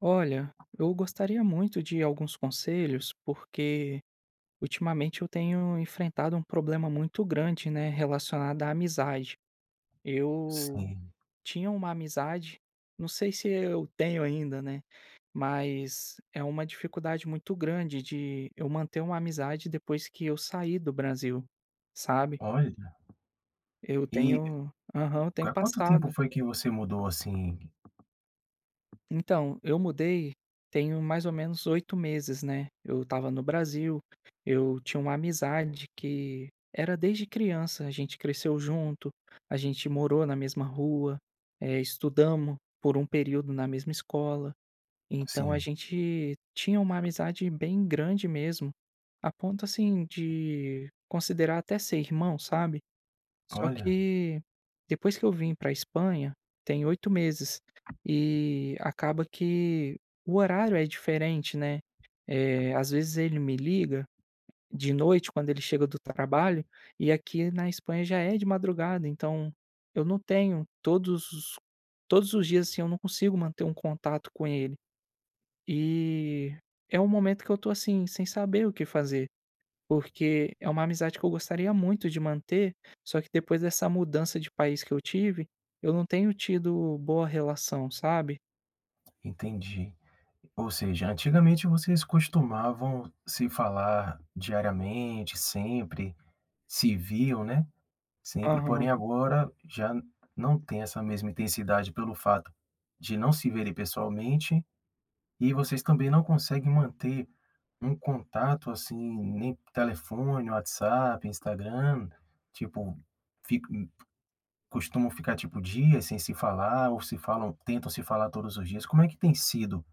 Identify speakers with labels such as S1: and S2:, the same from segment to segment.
S1: Olha, eu gostaria muito de alguns conselhos, porque ultimamente eu tenho enfrentado um problema muito grande, né, relacionado à amizade. Eu
S2: Sim,
S1: tinha uma amizade, não sei se eu tenho ainda, né, mas é uma dificuldade muito grande de eu manter uma amizade depois que eu saí do Brasil, sabe?
S2: olha,
S1: Eu
S2: e
S1: tenho, aham, eu tenho
S2: há quanto tempo
S1: passado.
S2: foi que você mudou assim?
S1: Então, eu mudei tenho mais ou menos 8 meses, né. Eu estava no Brasil, eu tinha uma amizade que era desde criança, a gente cresceu junto, a gente morou na mesma rua, estudamos por um período na mesma escola, então a
S2: Sim,
S1: gente tinha uma amizade bem grande mesmo, a ponto, assim, de considerar até ser irmão, sabe. Só
S2: olha,
S1: que depois que eu vim pra Espanha, tem 8 meses, e acaba que o horário é diferente, né. Às vezes ele me liga de noite quando ele chega do trabalho, e aqui na Espanha já é de madrugada, então eu não tenho todos os dias, assim, eu não consigo manter um contato com ele. E é um momento que eu tô, assim, sem saber o que fazer. Porque é uma amizade que eu gostaria muito de manter, só que depois dessa mudança de país que eu tive, eu não tenho tido boa relação, sabe.
S2: entendi. Ou seja, antigamente vocês costumavam se falar diariamente, sempre, se viam, né, sempre,
S1: Aham.
S2: porém agora já não tem essa mesma intensidade pelo fato de não se verem pessoalmente e vocês também não conseguem manter um contato assim, nem telefone, WhatsApp, Instagram, tipo, fi costumam ficar, tipo, dias sem se falar ou se falam tentam se falar todos os dias? Como é que tem sido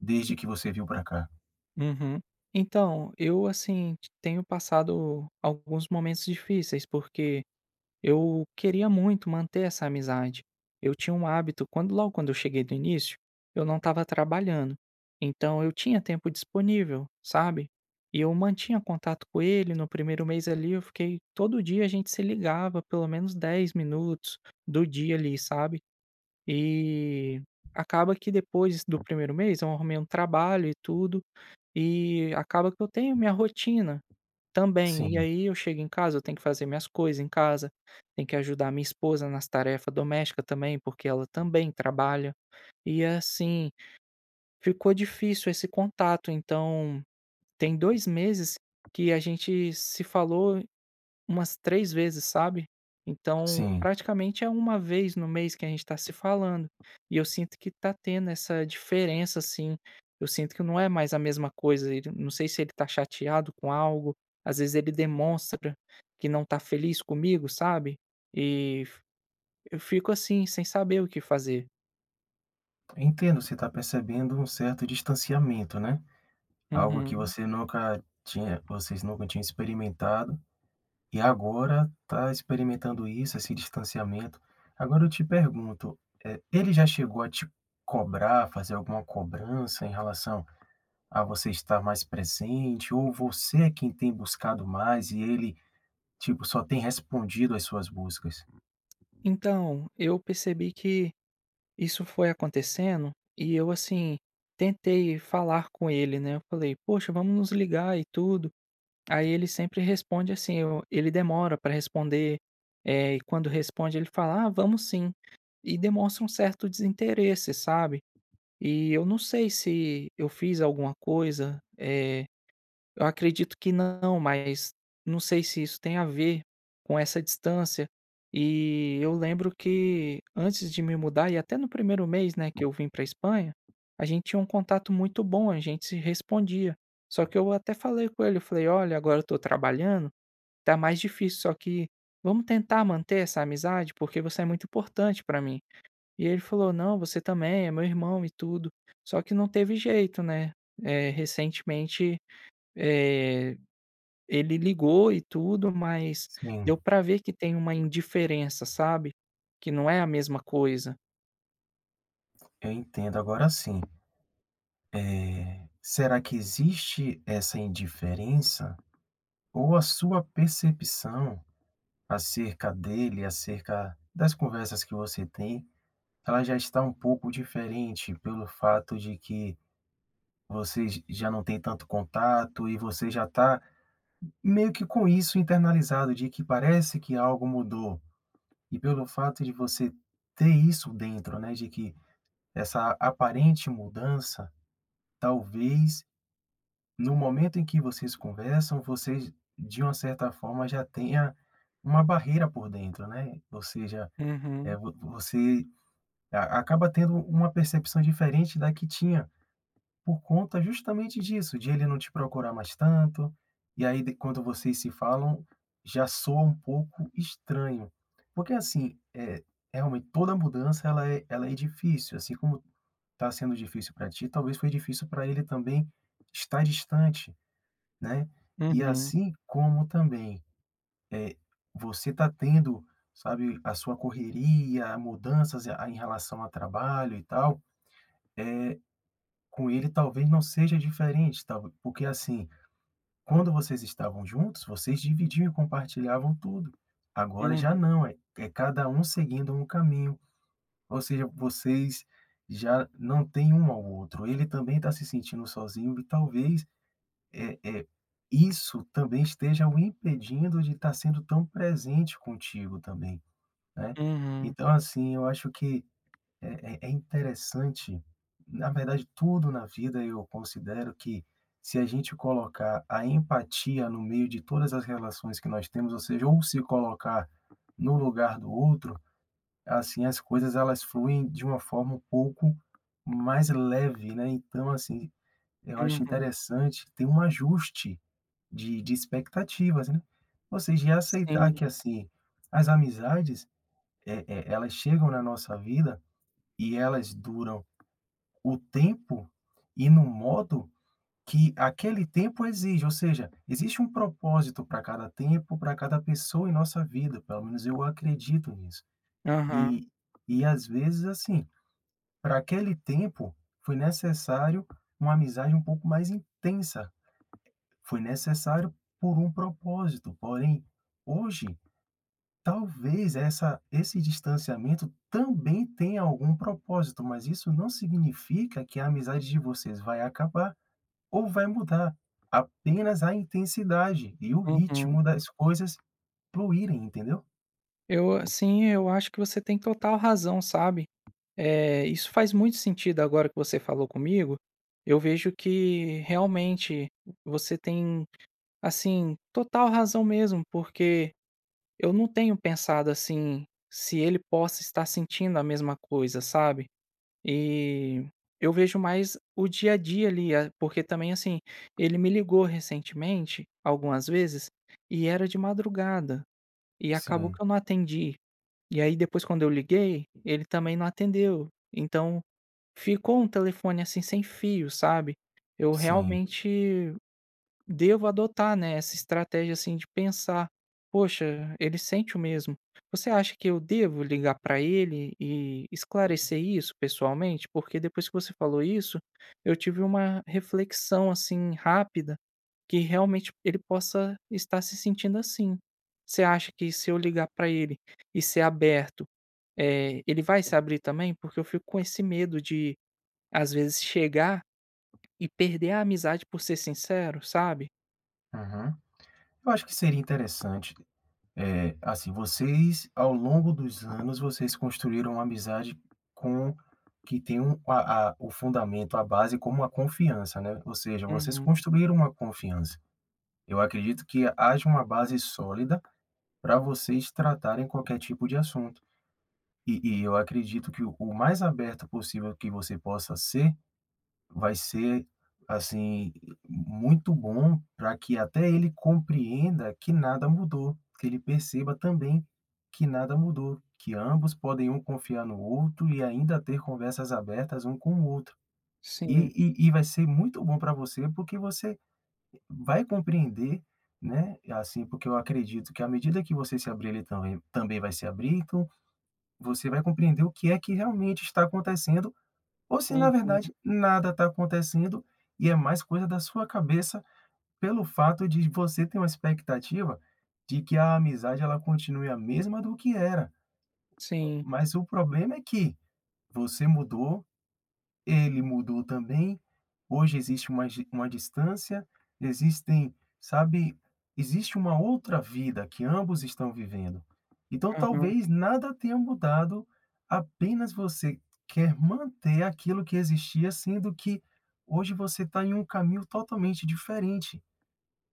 S2: desde que você veio para cá?
S1: Uhum. Então, eu, assim, tenho passado alguns momentos difíceis, porque eu queria muito manter essa amizade. Eu tinha um hábito quando logo quando eu cheguei do início, eu não estava trabalhando. Então eu tinha tempo disponível, sabe? E eu mantinha contato com ele. No primeiro mês ali, eu fiquei todo dia a gente se ligava pelo menos 10 minutos do dia ali, sabe? E acaba que depois do primeiro mês eu arrumei um trabalho e tudo, e acaba que eu tenho minha rotina. Também, e
S2: Sim,
S1: aí eu chego em casa, eu tenho que fazer minhas coisas em casa, tenho que ajudar minha esposa nas tarefas domésticas também, porque ela também trabalha. E assim, ficou difícil esse contato, então tem 2 meses que a gente se falou umas 3 vezes, sabe. Então,
S2: sim.
S1: praticamente é uma vez no mês que a gente está se falando, e eu sinto que tá tendo essa diferença, assim, eu sinto que não é mais a mesma coisa, ele não sei se ele tá chateado com algo, às vezes ele demonstra que não tá feliz comigo, sabe. E f eu fico assim, sem saber o que fazer.
S2: Entendo, você está percebendo um certo distanciamento, né. Algo que
S1: Uhum.
S2: você nunca tinha Vocês nunca tinham experimentado e agora tá experimentando isso, esse distanciamento. Agora eu te pergunto, ele já chegou a te cobrar, fazer alguma cobrança em relação a você estar mais presente ou você é quem tem buscado mais e ele tipo, só tem respondido às suas buscas.
S1: Então, eu percebi que isso foi acontecendo, e eu, assim, tentei falar com ele, né, eu falei: "Poxa, vamos nos ligar e tudo". Aí ele sempre responde assim, eu ele demora para responder, e quando responde ele fala: "Ah, vamos sim", e demonstra um certo desinteresse, sabe. E eu não sei se eu fiz alguma coisa, eu acredito que não, mas não sei se isso tem a ver com essa distância. E eu lembro que antes de me mudar e até no primeiro mês, né, que eu vim pra Espanha, a gente tinha um contato muito bom, a gente se respondia. Só que eu até falei com ele, eu falei: "Olha, agora eu tô trabalhando, tá mais difícil, só que vamos tentar manter essa amizade, porque você é muito importante para mim". E ele falou: "Não, você também, é meu irmão e tudo". Só que não teve jeito, né. Recentemente, eh ele ligou e tudo, mas
S2: Sim,
S1: deu pra ver que tem uma indiferença, sabe, que não é a mesma coisa.
S2: eu entendo. Agora sim, será que existe essa indiferença ou a sua percepção acerca dele, acerca das conversas que você tem, ela já está um pouco diferente pelo fato de que vocês já não tem tanto contato e você já está meio que com isso internalizado, de que parece que algo mudou. E pelo fato de você ter isso dentro, né, de que essa aparente mudança, talvez no momento em que vocês conversam, vocês de uma certa forma já tenha uma barreira por dentro, né? Ou seja, é,
S1: Uhum,
S2: você acaba tendo uma percepção diferente da que tinha por conta justamente disso, de ele não te procurar mais tanto, e aí quando vocês se falam, já soa um pouco estranho. Porque assim, é, realmente toda mudança ela é difícil, assim como tá sendo difícil para ti, talvez foi difícil para ele também estar distante, né? E
S1: uhum,
S2: assim como também, eh, você tá tendo, sabe, a sua correria, mudanças a em relação ao trabalho e tal, com ele talvez não seja diferente, tal porque assim, quando vocês estavam juntos, vocês dividiam e compartilhavam tudo. Agora
S1: hum,
S2: já não, é cada um seguindo um caminho. Ou seja, vocês já não têm um ao outro. Ele também está se sentindo sozinho e talvez, é eh, isso também esteja o impedindo de estar sendo tão presente contigo também, né.
S1: uhum,
S2: Então, assim, eu acho que é interessante na verdade, tudo na vida eu considero que se a gente colocar a empatia no meio de todas as relações que nós temos, ou seja, ou se colocar no lugar do outro, assim, as coisas elas fluem de uma forma um pouco mais leve, né, então, assim, eu acho
S1: uhum.
S2: interessante ter um ajuste de expectativas, né. Ou seja, e aceitar
S1: Sim,
S2: que, assim, as amizades, elas chegam na nossa vida e elas duram o tempo e no modo que aquele tempo exige, ou seja, existe um propósito para cada tempo, para cada pessoa em nossa vida, pelo menos eu acredito nisso.
S1: aham,
S2: E e às vezes, assim, para aquele tempo, foi necessário uma amizade um pouco mais intensa, foi necessário por um propósito, porém, hoje, talvez essa esse distanciamento também tenha algum propósito, mas isso não significa que a amizade de vocês vai acabar ou vai mudar, apenas a intensidade e o
S1: uhum.
S2: ritmo das coisas fluírem, entendeu?
S1: Eu assim, eu acho que você tem total razão, sabe. Isso faz muito sentido agora que você falou comigo, eu vejo que realmente você tem, assim, total razão mesmo, porque eu não tenho pensado, assim, se ele possa estar sentindo a mesma coisa, sabe. E eu vejo mais o dia a dia ali, a porque também, assim, ele me ligou recentemente, algumas vezes, e era de madrugada, e acabou
S2: Sim,
S1: que eu não atendi. E aí depois quando eu liguei, ele também não atendeu, então ficou um telefone, assim, sem fio, sabe. Eu
S2: sim.
S1: realmente devo adotar, né, essa estratégia, assim, de pensar: "Poxa, ele sente o mesmo". Você acha que eu devo ligar para ele e esclarecer isso pessoalmente? Porque depois que você falou isso, eu tive uma reflexão, assim, rápida, que realmente ele possa estar se sentindo assim. Você acha que se eu ligar para ele e ser aberto, ele vai se abrir também? Porque eu fico com esse medo de, às vezes, chegar e perder a amizade por ser sincero, sabe?
S2: Uhum. Eu acho que seria interessante. É, assim, vocês ao longo dos anos, vocês construíram uma amizade com que tem um a o fundamento, a base como a confiança, né, ou seja, vocês
S1: Uhum.
S2: construíram uma confiança. Eu acredito que haja uma base sólida para vocês tratarem qualquer tipo de assunto. E eu acredito que o mais aberto possível que você possa ser, vai ser, assim, muito bom para que até ele compreenda que nada mudou, que ele perceba também que nada mudou, que ambos podem um confiar no outro e ainda ter conversas abertas um com o outro. E
S1: Sim.
S2: e vai ser muito bom para você, porque você vai compreender, né, assim, porque eu acredito que à medida que você se abrir, ele também vai se abrir, então você vai compreender o que é que realmente está acontecendo ou se na
S1: Uhum.
S2: verdade nada está acontecendo e é mais coisa da sua cabeça pelo fato de você ter uma expectativa de que a amizade ela continue a mesma do que era.
S1: Sim.
S2: Mas o problema é que você mudou, ele mudou também. Hoje existe uma distância, existem, sabe, existe uma outra vida que ambos estão vivendo. Então
S1: Aham.
S2: talvez nada tenha mudado, apenas você quer manter aquilo que existia, sendo que hoje você está em um caminho totalmente diferente.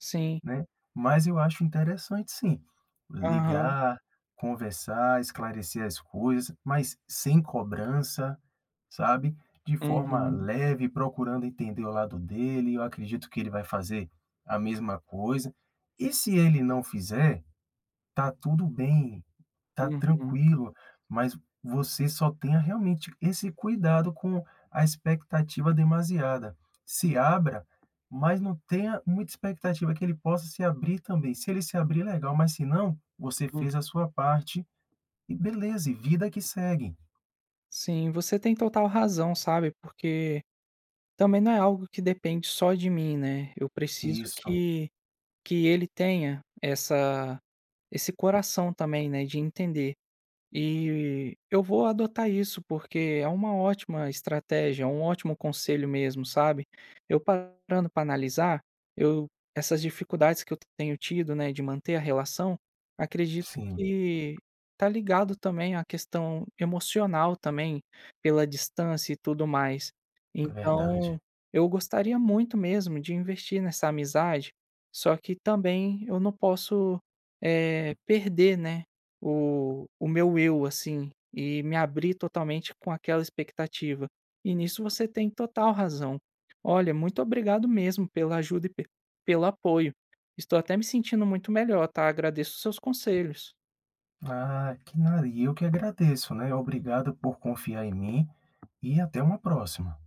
S1: Sim.
S2: Né, mas eu acho interessante sim,
S1: Aham.
S2: ligar, conversar, esclarecer as coisas, mas sem cobrança, sabe, de forma
S1: Uhum.
S2: leve, procurando entender o lado dele, eu acredito que ele vai fazer a mesma coisa, e se ele não fizer, tá tudo bem, tá
S1: Uhum.
S2: tranquilo, mas você só tenha realmente esse cuidado com a expectativa demasiada. Se abra, mas não tenha muita expectativa que ele possa se abrir também. Se ele se abrir, legal, mas se não, você
S1: Hum.
S2: fez a sua parte e beleza, e vida que segue.
S1: Sim, você tem total razão, sabe, porque também não é algo que depende só de mim, né, eu preciso
S2: Isso,
S1: que ele tenha essa esse coração também, né, de entender. E eu vou adotar isso, porque é uma ótima estratégia, é um ótimo conselho mesmo, sabe. Eu parando para analisar, eu essas dificuldades que eu tenho tido, né, de manter a relação, acredito
S2: sim,
S1: que tá ligado também à questão emocional também, pela distância e tudo mais.
S2: é verdade.
S1: Então, eu gostaria muito mesmo de investir nessa amizade, só que também eu não posso, perder, né, o meu eu, assim, e me abrir totalmente com aquela expectativa. E nisso você tem total razão. Olha, muito obrigado mesmo pela ajuda e pe pelo apoio. Estou até me sentindo muito melhor, tá, agradeço os seus conselhos.
S2: Ah, que nada, e eu que agradeço, né? Obrigado por confiar em mim e até uma próxima.